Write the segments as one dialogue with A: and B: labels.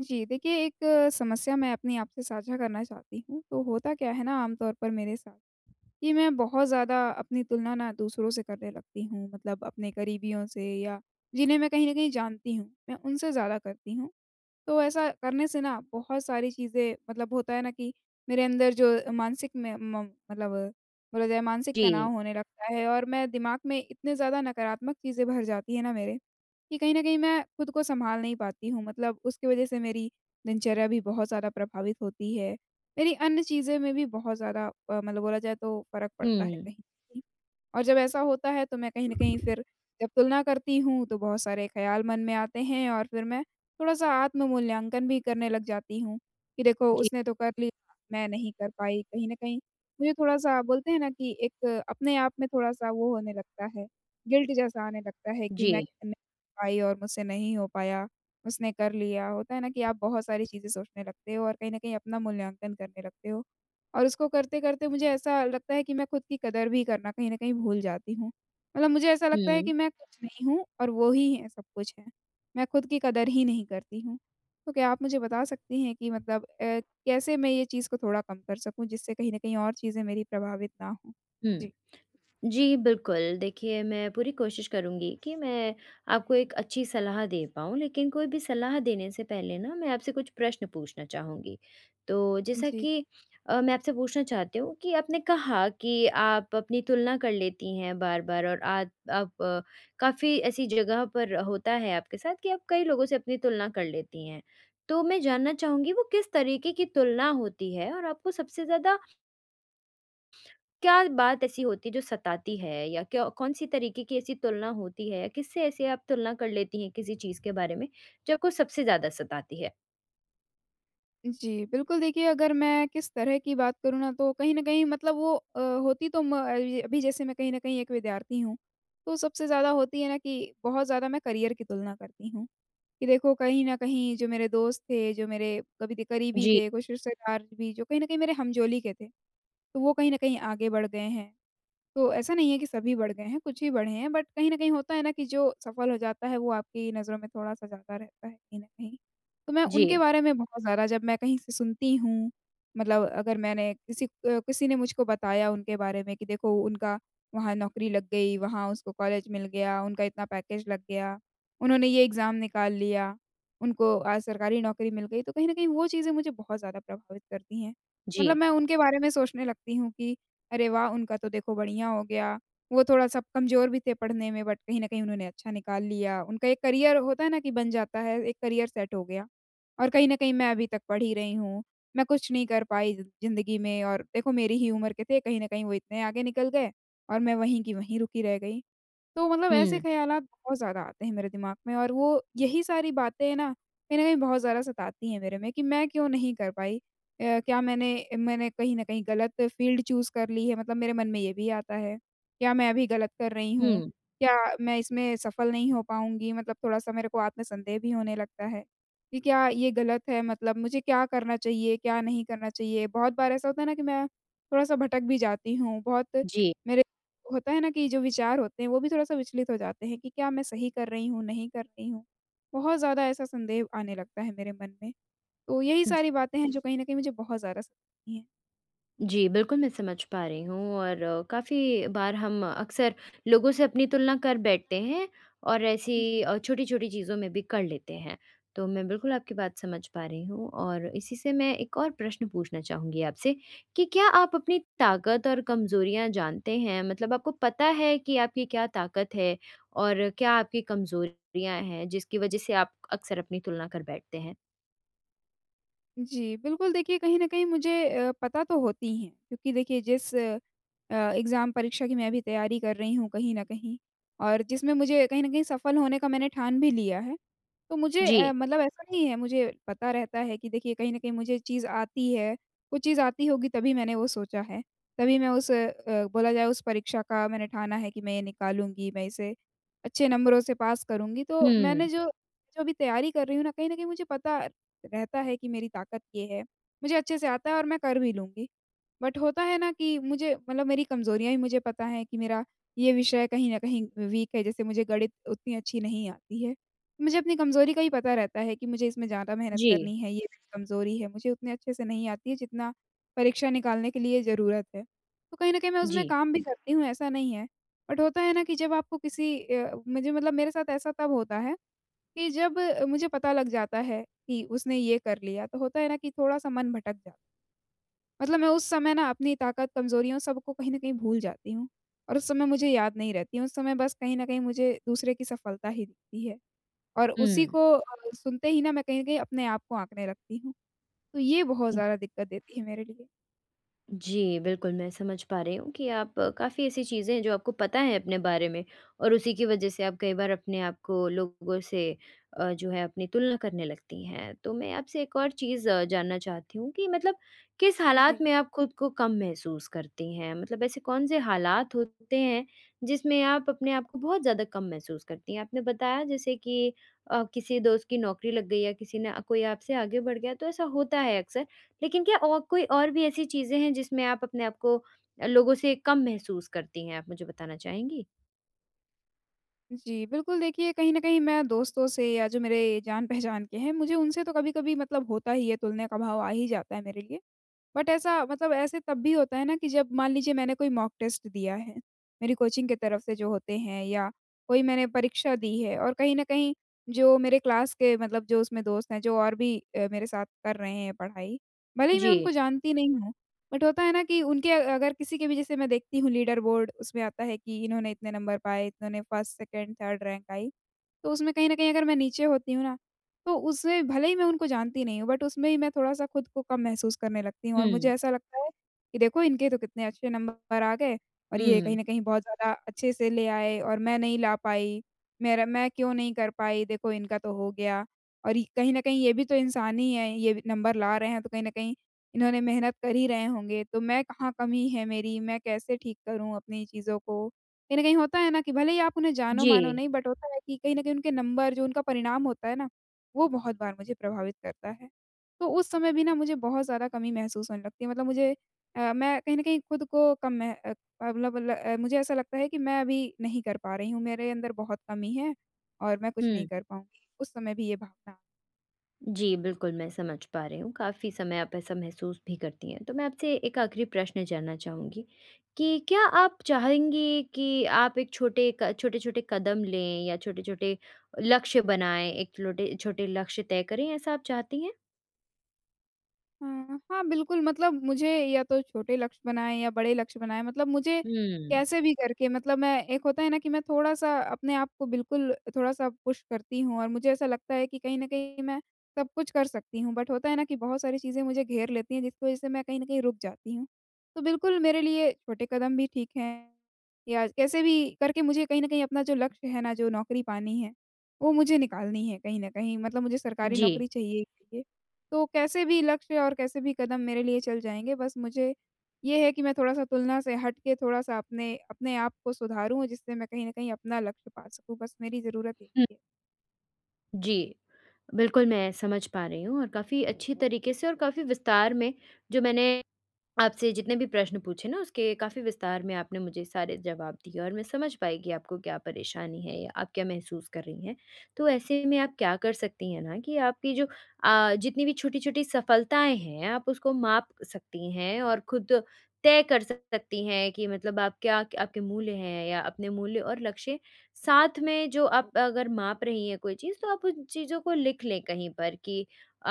A: जी, देखिए एक समस्या मैं अपनी आपसे साझा करना चाहती हूँ। तो होता क्या है ना, आम तौर पर मेरे साथ कि मैं बहुत ज़्यादा अपनी तुलना ना दूसरों से करने लगती हूँ। मतलब अपने करीबियों से, या जिन्हें मैं कहीं न कहीं जानती हूँ, मैं उनसे ज़्यादा करती हूँ। तो ऐसा करने से ना बहुत सारी चीज़ें, मतलब होता है ना कि मेरे अंदर जो मानसिक में म मतलब बोला जाए, मानसिक
B: जी।
A: तनाव होने लगता है और मैं दिमाग में इतने ज़्यादा नकारात्मक चीज़ें भर जाती हैं ना मेरे, कि कहीं न कहीं मैं खुद को सँभाल नहीं पाती हूँ। मतलब उसकी वज़ह से मेरी दिनचर्या भी बहुत ज़्यादा प्रभावित होती है। मेरी अन्य चीज़ें में भी बहुत ज़्यादा मतलब बोला जाए तो फ़र्क पड़ता है
B: हुँ।
A: कहीं। और जब ऐसा होता है, तो मैं कहीं न कहीं फिर जब तुलना करती हूँ, तो बहुत सारे ख़्याल मन में आते हैं और फिर मैं थोड़ा-सा आत्म-मूल्यांकन भी करने लग जाती हूँ, कि देखो
B: जी,
A: उसने तो कर लिया, मैं नहीं कर पाई। कहीं न कहीं मुझे, थोड़ा-सा बोलते हैं ना, कि एक अपने आप में थोड़ा-सा वो होने लगता है, गिल्ट जैसा आने लगता है कि मैं
B: जी।
A: नहीं कर पाई और मुझसे नहीं हो पाया, उसने कर लिया। होता है ना कि आप बहुत सारी चीज़ें सोचने लगते हो और कहीं न कहीं अपना मूल्यांकन करने लगते हो। और उसको करते-करते मुझे ऐसा लगता है कि मैं खुद की कदर भी करना कहीं न कहीं भूल जाती हूँ। मतलब मुझे ऐसा लगता है
B: हुँ,
A: कि मैं कुछ नहीं हूँ, और वो ही है, सब कुछ है। मैं खुद की कदर ही नहीं करती हूँ। तो क्या आप मुझे बता सकती हैं कि मतलब कैसे मैं ये चीज़ को थोड़ा कम कर सकूँ, जिससे कहीं न कहीं और चीज़ें मेरी प्रभावित ना हों?
B: हुँ।
A: जी।
B: जी, बिल्कुल। देखिए, मैं पूरी कोशिश करूँगी कि मैं आपको एक अच्छी सलाह दे पाऊँ, लेकिन कोई भी सलाह देने से पहले ना मैं आपसे कुछ प्रश्न पूछना चाहूँगी। तो जैसा
A: जी।
B: कि मैं आपसे पूछना चाहती हूँ कि आपने कहा कि आप अपनी तुलना कर लेती हैं बार-बार और आद आप काफ़ी ऐसी जगह पर होता है आपके साथ कि आप कई लोगों से अपनी तुलना कर लेती हैं। तो मैं जानना चाहूँगी वो किस तरीके की तुलना होती है और आपको सबसे ज़्यादा क्या बात ऐसी होती है जो सताती है, या क्या कौन-सी तरीके की ऐसी तुलना होती है? किससे ऐसे आप तुलना कर लेती हैं किसी चीज़ के बारे में, जो आपको सबसे ज़्यादा सताती है?
A: जी, बिल्कुल। देखिए, अगर मैं किस तरह की बात करूँ ना, तो कहीं न कहीं, मतलब वो होती तो अभी जैसे मैं कहीं न कहीं एक विद्यार्थी हूँ। तो सबसे ज़्यादा होती है ना कि बहुत ज़्यादा मैं करियर की तुलना करती हूँ। कि देखो, कहीं न कहीं जो मेरे दोस्त थे, जो मेरे कभी द करीबी
B: जी,
A: थे, कुछ रिश्तेदार भी जो कहीं न कहीं मेरे हमजोली के थे, तो वो कहीं न कहीं आगे बढ़ गए हैं। तो ऐसा नहीं है कि सभी बढ़ गए हैं, कुछ ही बढ़े हैं, बट कहीं न कहीं होता है ना कि जो सफल हो जाता है, वो आपकी नज़रों में थोड़ा-सा ज़्यादा रहता है कहीं न कहीं। तो मैं
B: जी,
A: उनके बारे में बहुत ज़्यादा, जब मैं कहीं से सुनती हूँ, मतलब अगर मैंने किसी ने मुझको बताया उनके बारे में, कि देखो उनका वहाँ नौकरी लग गई, वहाँ उसको कॉलेज मिल गया, उनका इतना पैकेज लग गया, उन्होंने ये एग्ज़ाम निकाल लिया, उनको आज सरकारी नौकरी मिल गई, तो कहीं न कहीं वो चीज़ें मुझे बहुत ज़्यादा प्रभावित करती हैं।
B: जी।
A: मतलब मैं उनके बारे में सोचने लगती हूँ, कि अरे वाह! उनका तो देखो बढ़िया हो गया। वो थोड़ा-सा कमज़ोर भी थे पढ़ने में, बट कहीं न कहीं उन्होंने अच्छा निकाल लिया। उनका एक करियर, होता है ना कि बन जाता है, एक करियर सेट हो गया। और कहीं न कहीं मैं अभी तक पढ़ ही रही हूँ। मैं कुछ नहीं कर पाई ज़िंदगी में, और देखो मेरी ही उम्र के थे, कहीं न कहीं वो इतने आगे निकल गए और मैं वहीं की वहीं रुकी रह गई। तो मतलब ऐसे
B: हुँ,
A: ख़यालात बहुत ज़्यादा आते हैं मेरे दिमाग में, और वो यही सारी बातें ना, कहीं न कहीं बहुत ज़्यादा सताती हैं मेरे में, कि मैं क्यों नहीं कर पाई? क्या मैंने मैंने कहीं न कहीं गलत फ़ील्ड चूज़ कर ली है? मतलब मेरे मन में ये भी आता है। क्या मैं अभी गलत कर रही हूँ?
B: हुँ,
A: क्या मैं इसमें सफल नहीं हो पाऊँगी? मतलब थोड़ा-सा मेरे को आत्मसंदेह भी होने लगता है, कि क्या ये गलत है? मतलब मुझे क्या करना चाहिए? क्या नहीं करना चाहिए? बहुत बार ऐसा होता है ना कि मैं थोड़ा-सा भटक भी जाती हूँ। बहुत
B: जी।
A: मेरे होता है ना कि जो विचार होते हैं, वो भी थोड़ा-सा विचलित हो जाते हैं, कि क्या मैं सही कर रही हूँ, नहीं कर रही हूँ? बहुत ज़्यादा ऐसा संदेह आने लगता है मेरे मन में। तो यही सारी बातें हैं जो कहीं न कहीं मुझे बहुत ज़्यादा सताती हैं।
B: जी, बिल्कुल मैं समझ पा रही हूँ, और काफ़ी बार हम अक्सर लोगों से अपनी तुलना कर बैठते हैं और ऐसी
A: जी।
B: छोटी-छोटी चीज़ों में भी कर लेते हैं। तो मैं बिल्कुल आपकी बात समझ पा रही हूँ, और इसी से मैं एक और प्रश्न पूछना चाहूँगी आपसे कि क्या आप अपनी ताकत और कमज़ोरियाँ जानते हैं? मतलब आपको पता है कि आपकी क्या ताकत है और क्या आपकी कमज़ोरियाँ हैं, जिसकी वज़ह से आप अक्सर अपनी तुलना कर बैठते हैं?
A: जी, बिल्कुल। देखिए, कहीं न कहीं मुझे पता तो होती हैं, क्योंकि देखिए जिस एग्ज़ाम परीक्षा की मैं अभी तैयारी कर रही हूँ कहीं न कहीं, और जिसमें मुझे कहीं न कहीं सफल होने का मैंने ठान भी लिया है। तो मुझे
B: जी।
A: मतलब ऐसा नहीं है, मुझे पता रहता है कि देखिए कहीं न कहीं मुझे चीज़ आती है, कुछ चीज़ आती होगी तभी मैंने वो सोचा है। तभी मैं उस बोला जाए, उस परीक्षा का मैंने ठाना है कि मैं ये निकालूँगी, मैं इसे अच्छे नंबरों से पास करूँगी। तो मैंने
B: हुँ।
A: जो जो अभी तैयारी कर रही हूँ ना, कहीं न कहीं मुझे पता रहता है कि मेरी ताकत ये है, मुझे अच्छे से आता है और मैं कर भी लूँगी। बट होता है ना कि मुझे, मतलब मेरी कमज़ोरियाँ भी मुझे पता है, कि मेरा ये विषय कहीं न कहीं वीक है, जैसे मुझे गणित उतनी अच्छी नहीं आती है। मुझे अपनी कमज़ोरी का ही पता रहता है, कि मुझे इसमें ज़्यादा मेहनत
B: जी,
A: करनी है, ये मेरी कमज़ोरी है, मुझे उतने अच्छे से नहीं आती है जितना परीक्षा निकालने के लिए ज़रूरत है। तो कहीं न कहीं मैं उसमें
B: जी।
A: काम भी करती हूँ, ऐसा नहीं है। बट होता है ना कि जब आपको मुझे, मतलब मेरे साथ ऐसा तब होता है कि जब मुझे पता लग जाता है कि उसने ये कर लिया, तो होता है ना कि थोड़ा-सा मन भटक जाता है। मतलब मैं उस समय ना अपनी ताकत, कमज़ोरियों सबको कहीं न कहीं भूल जाती हूँ, और उस समय मुझे याद नहीं रहती है, उस समय बस कहीं न कहीं मुझे दूसरे की सफलता ही दिखती है। और
B: हुँ।
A: उसी को सुनते ही ना, मैं कहीं न कहीं अपने आप को आँकने लगती हूँ। तो ये बहुत ज़्यादा दिक्कत देती है मेरे लिए।
B: जी, बिल्कुल, मैं समझ पा रही हूँ कि आप काफ़ी ऐसी चीज़ें हैं जो आपको पता है अपने बारे में, और उसी की वज़ह से आप कई बार अपने आप को लोगों से जो है अपनी तुलना करने लगती हैं। तो मैं आपसे एक और चीज़ जानना चाहती हूँ कि मतलब किस
A: जी।
B: हालात में आप खुद को कम महसूस करती हैं? मतलब ऐसे कौन-से हालात होते हैं जिसमें आप अपने आप को बहुत ज़्यादा कम महसूस करती हैं? आपने बताया जैसे कि किसी दोस्त की नौकरी लग गई, या किसी ने कोई आपसे आगे बढ़ गया, तो ऐसा होता है अक्सर। लेकिन क्या और कोई और भी ऐसी चीज़ें हैं जिसमें आप अपने आप को लोगों से कम महसूस करती हैं, आप मुझे बताना चाहेंगी?
A: जी, बिल्कुल। देखिए, कहीं न कहीं मैं दोस्तों से या जो मेरे जान-पहचान के हैं, मुझे उनसे तो कभी-कभी, मतलब होता ही है, तुलना का भाव आ ही जाता है मेरे लिए। बट ऐसा, मतलब ऐसे तब भी होता है ना कि जब मान लीजिए मैंने कोई मॉक टेस्ट दिया है, मेरी कोचिंग की तरफ से जो होते हैं, या कोई मैंने परीक्षा दी है और कहीं न कहीं जो मेरे क्लास के, मतलब जो उसमें दोस्त हैं, जो और भी मेरे साथ कर रहे हैं पढ़ाई, भले ही मैं उनको
B: जी।
A: जानती नहीं हूँ, बट होता है ना कि उनके अ अगर किसी के भी, जैसे मैं देखती हूँ लीडर बोर्ड उसमें आता है कि इन्होंने इतने नंबर पाए, इन्होंने फर्स्ट, सेकंड, थर्ड रैंक आई। तो उसमें कहीं न कहीं अगर मैं नीचे होती हूँ ना, तो उसमें भले ही मैं उनको जानती नहीं हूँ, बट उसमें ही मैं थोड़ा-सा खुद को कम महसूस करने लगती हूँ, और मुझे
B: हुँ,
A: ऐसा लगता है कि देखो, इनके तो कितने अच्छे नंबर आ गए और ये कहीं
B: हुँ।
A: न कहीं बहुत ज़्यादा अच्छे से ले आए, और मैं नहीं ला पाई, मेरा, मैं क्यों नहीं कर पाई, देखो इनका तो हो गया, और ये कहीं न कहीं, ये भी तो इंसान ही हैं, ये भी नंबर ला रहे हैं, तो कहीं न कहीं इन्होंने मेहनत कर ही रहे होंगे, तो मैं, कहाँ कमी है मेरी, मैं कैसे ठीक करूँ अपनी चीज़ों को? कहीं न कहीं होता है ना कि भले ही आप उन्हें जानो-मानो
B: जी,
A: नहीं, बट होता है कि कहीं न कहीं उनके नंबर, जो उनका परिणाम होता है ना, वो बहुत बार मुझे प्रभावित करता है। तो उस समय भी ना, मुझे बहुत ज़्यादा कमी महसूस होने लगती है, मतलब मुझे मैं कहीं न कहीं खुद को कम मतलब मुझे ऐसा लगता है कि मैं अभी नहीं कर पा रही हूँ, मेरे अंदर बहुत कमी है और मैं कुछ नहीं
B: हुँ।
A: कर पाऊँगी। उस समय भी ये भावना।
B: जी, बिल्कुल मैं समझ पा रही हूँ, काफ़ी समय आप ऐसा महसूस भी करती हैं। तो मैं आपसे एक आखिरी प्रश्न जानना चाहूँगी कि क्या आप चाहेंगी कि आप एक छोटे-छोटे कदम लें या छोटे-छोटे लक्ष्य बनाएँ, एक छोटे छोटे लक्ष्य तय करें, ऐसा आप चाहती हैं?
A: हाँ, हाँ, बिल्कुल, मतलब मुझे या तो छोटे लक्ष्य बनाएँ या बड़े लक्ष्य बनाएँ, मतलब मुझे
B: हुँ।
A: कैसे भी करके, मतलब मैं एक, होता है ना कि मैं थोड़ा-सा अपने आप को बिल्कुल थोड़ा-सा पुश करती हूँ, और मुझे ऐसा लगता है कि कहीं न कहीं मैं सब कुछ कर सकती हूँ, बट होता है ना कि बहुत सारी चीज़ें मुझे घेर लेती हैं, जिसकी वज़ह से मैं कहीं न कहीं रुक जाती हूँ। तो बिल्कुल मेरे लिए छोटे कदम भी ठीक हैं, या कैसे भी करके मुझे कहीं न कहीं अपना जो लक्ष्य है ना, जो नौकरी पानी है, वो मुझे निकालनी है, कहीं न कहीं मतलब मुझे सरकारी
B: जी।
A: नौकरी चाहिए ही चाहिए। तो कैसे भी लक्ष्य और कैसे भी कदम मेरे लिए चल जाएँगे, बस मुझे ये है कि मैं थोड़ा-सा तुलना से हट के, थोड़ा-सा अपने अपने आप को सुधारूँ, जिससे मैं कहीं न कहीं अपना लक्ष्य पा सकूँ, बस मेरी ज़रूरत
B: हुँ,
A: यही है।
B: जी। बिल्कुल, मैं समझ पा रही हूँ, और काफ़ी अच्छी तरीके से और काफ़ी विस्तार में जो मैंने आपसे जितने भी प्रश्न पूछे ना उसके काफ़ी विस्तार में आपने मुझे सारे जवाब दिए, और मैं समझ पाई कि आपको क्या परेशानी है या आप क्या महसूस कर रही हैं। तो ऐसे में आप क्या कर सकती हैं ना, कि आपकी जो जितनी भी छोटी-छोटी सफलताएँ हैं आप उसको माप सकती हैं, और खुद तय कर सकती हैं कि मतलब आप क्या, आपके मूल्य हैं या अपने मूल्य और लक्ष्य साथ में जो आप अगर माप रही हैं कोई चीज़, तो आप उन चीज़ों को लिख लें कहीं पर कि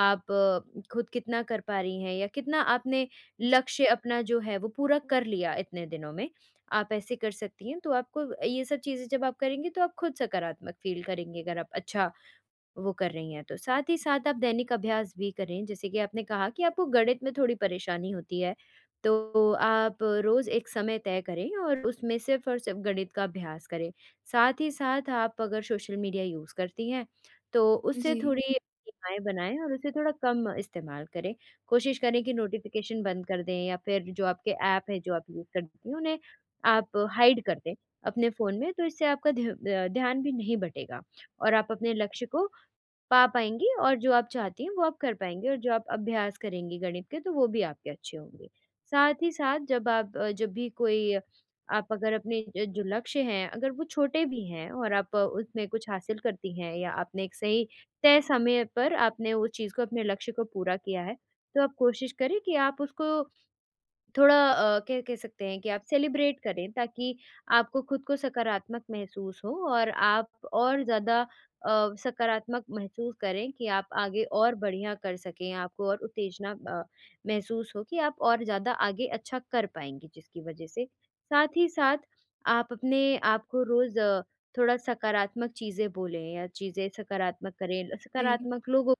B: आप खुद कितना कर पा रही हैं या कितना आपने लक्ष्य अपना जो है वो पूरा कर लिया इतने दिनों में, आप ऐसे कर सकती हैं। तो आपको ये सब चीज़ें जब आप करेंगी तो आप खुद सकारात्मक फ़ील करेंगी, अगर आप अच्छा वो कर रही हैं तो। साथ ही साथ आप दैनिक अभ्यास भी करें, जैसे कि आपने कहा कि आपको गणित में थोड़ी परेशानी होती है, तो आप रोज़ एक समय तय करें और उसमें सिर्फ़ और सिर्फ़ गणित का अभ्यास करें। साथ ही साथ आप अगर सोशल मीडिया यूज़ करती हैं, तो
A: जी।
B: उससे थोड़ी सीमाएँ बनाएँ और उसे थोड़ा कम इस्तेमाल करें। कोशिश करें कि नोटिफ़िकेशन बंद कर दें, या फिर जो आपके ऐप हैं, जो आप यूज़ करती हैं, उन्हें आप हाइड कर दें अपने फ़ोन में, तो इससे आपका ध्यान भी नहीं बटेगा, और आप अपने लक्ष्य को पा पाएँगी, और जो आप चाहती हैं वो आप कर पाएँगी, और जो आप अभ्यास करेंगी गणित के तो वो भी आपके अच्छे होंगे। साथ ही साथ जब भी कोई, आप अगर अपने ज जो लक्ष्य हैं, अगर वो छोटे भी हैं और आप उसमें कुछ हासिल करती हैं, या आपने एक सही तय समय पर आपने उस चीज़ को, अपने लक्ष्य को पूरा किया है, तो आप कोशिश करें कि आप उसको थोड़ा क्या कह सकते हैं कि आप सेलिब्रेट करें, ताकि आपको खुद को सकारात्मक महसूस हो और आप और ज़्यादा सकारात्मक महसूस करें कि आप आगे और बढ़िया कर सकें, आपको और उत्तेजना महसूस हो कि आप और ज़्यादा आगे अच्छा कर पाएँगी जिसकी वज़ह से। साथ ही साथ आप अपने आप को रोज़ थोड़ा सकारात्मक चीज़ें बोलें, या चीज़ें सकारात्मक करें,
A: जी,
B: सकारात्मक लोगों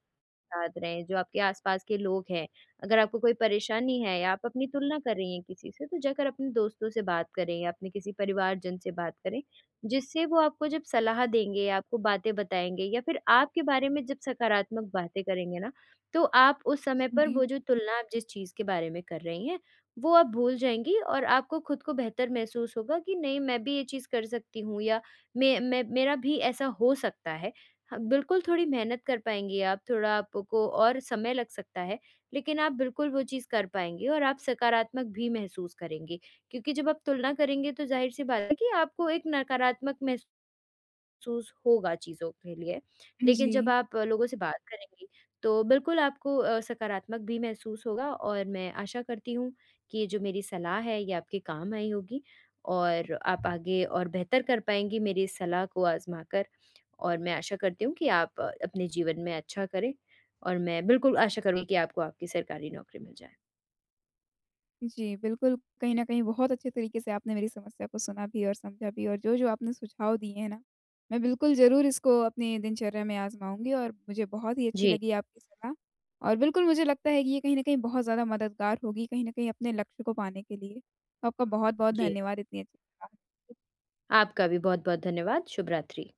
B: साथ रहें, जो आपके आसपास के लोग हैं। अगर आपको कोई परेशानी है या आप अपनी तुलना कर रही हैं किसी से, तो जाकर अपने दोस्तों से बात करें या अपने किसी परिवारजन से बात करें, जिससे वो आपको जब सलाह देंगे, आपको बातें बताएँगे या फिर आपके बारे में जब सकारात्मक बातें करेंगे ना, तो आप उस समय पर वो जो तुलना आप जिस चीज़ के बारे में कर रही हैं, वो आप भूल जाएँगी, और आपको खुद को बेहतर महसूस होगा कि नहीं, मैं भी ये चीज़ कर सकती हूँ, या मैं मेरा भी ऐसा हो सकता है। हाँ, बिल्कुल थोड़ी मेहनत कर पाएँगी आप, थोड़ा आपको और समय लग सकता है, लेकिन आप बिल्कुल वो चीज़ कर पाएँगी और आप सकारात्मक भी महसूस करेंगी। क्योंकि जब आप तुलना करेंगे तो ज़ाहिर-सी बात है कि आपको एक नकारात्मक महसूस होगा चीज़ों के लिए।
A: जी,
B: लेकिन जब
A: जी।
B: आप लोगों से बात करेंगी, तो बिल्कुल आपको सकारात्मक भी महसूस होगा, और मैं आशा करती हूँ कि ये जो मेरी सलाह है ये आपके काम आई होगी, और आप आगे और बेहतर कर पाएँगी मेरी इस सलाह को आज़मा कर, और मैं आशा करती हूँ कि आप अपने जीवन में अच्छा करें, और मैं बिल्कुल आशा करूँगी कि आपको आपकी सरकारी नौकरी मिल जाए।
A: जी, बिल्कुल, कहीं न कहीं बहुत अच्छे तरीके से आपने मेरी समस्या को सुना भी और समझा भी, और जो-जो आपने सुझाव दिए हैं ना, मैं बिल्कुल ज़रूर इसको अपनी दिनचर्या में आज़माऊँगी, और मुझे बहुत ही अच्छी
B: जी,
A: लगी आपकी सलाह, और बिल्कुल मुझे लगता है कि ये कहीं न कहीं बहुत ज़्यादा मददगार होगी, कहीं न कहीं अपने लक्ष्य को पाने के लिए। तो आपका बहुत-बहुत
B: जी।
A: धन्यवाद इतनी अच्छी सलाह
B: आपका भी बहुत-बहुत धन्यवाद। शुभ रात्रि।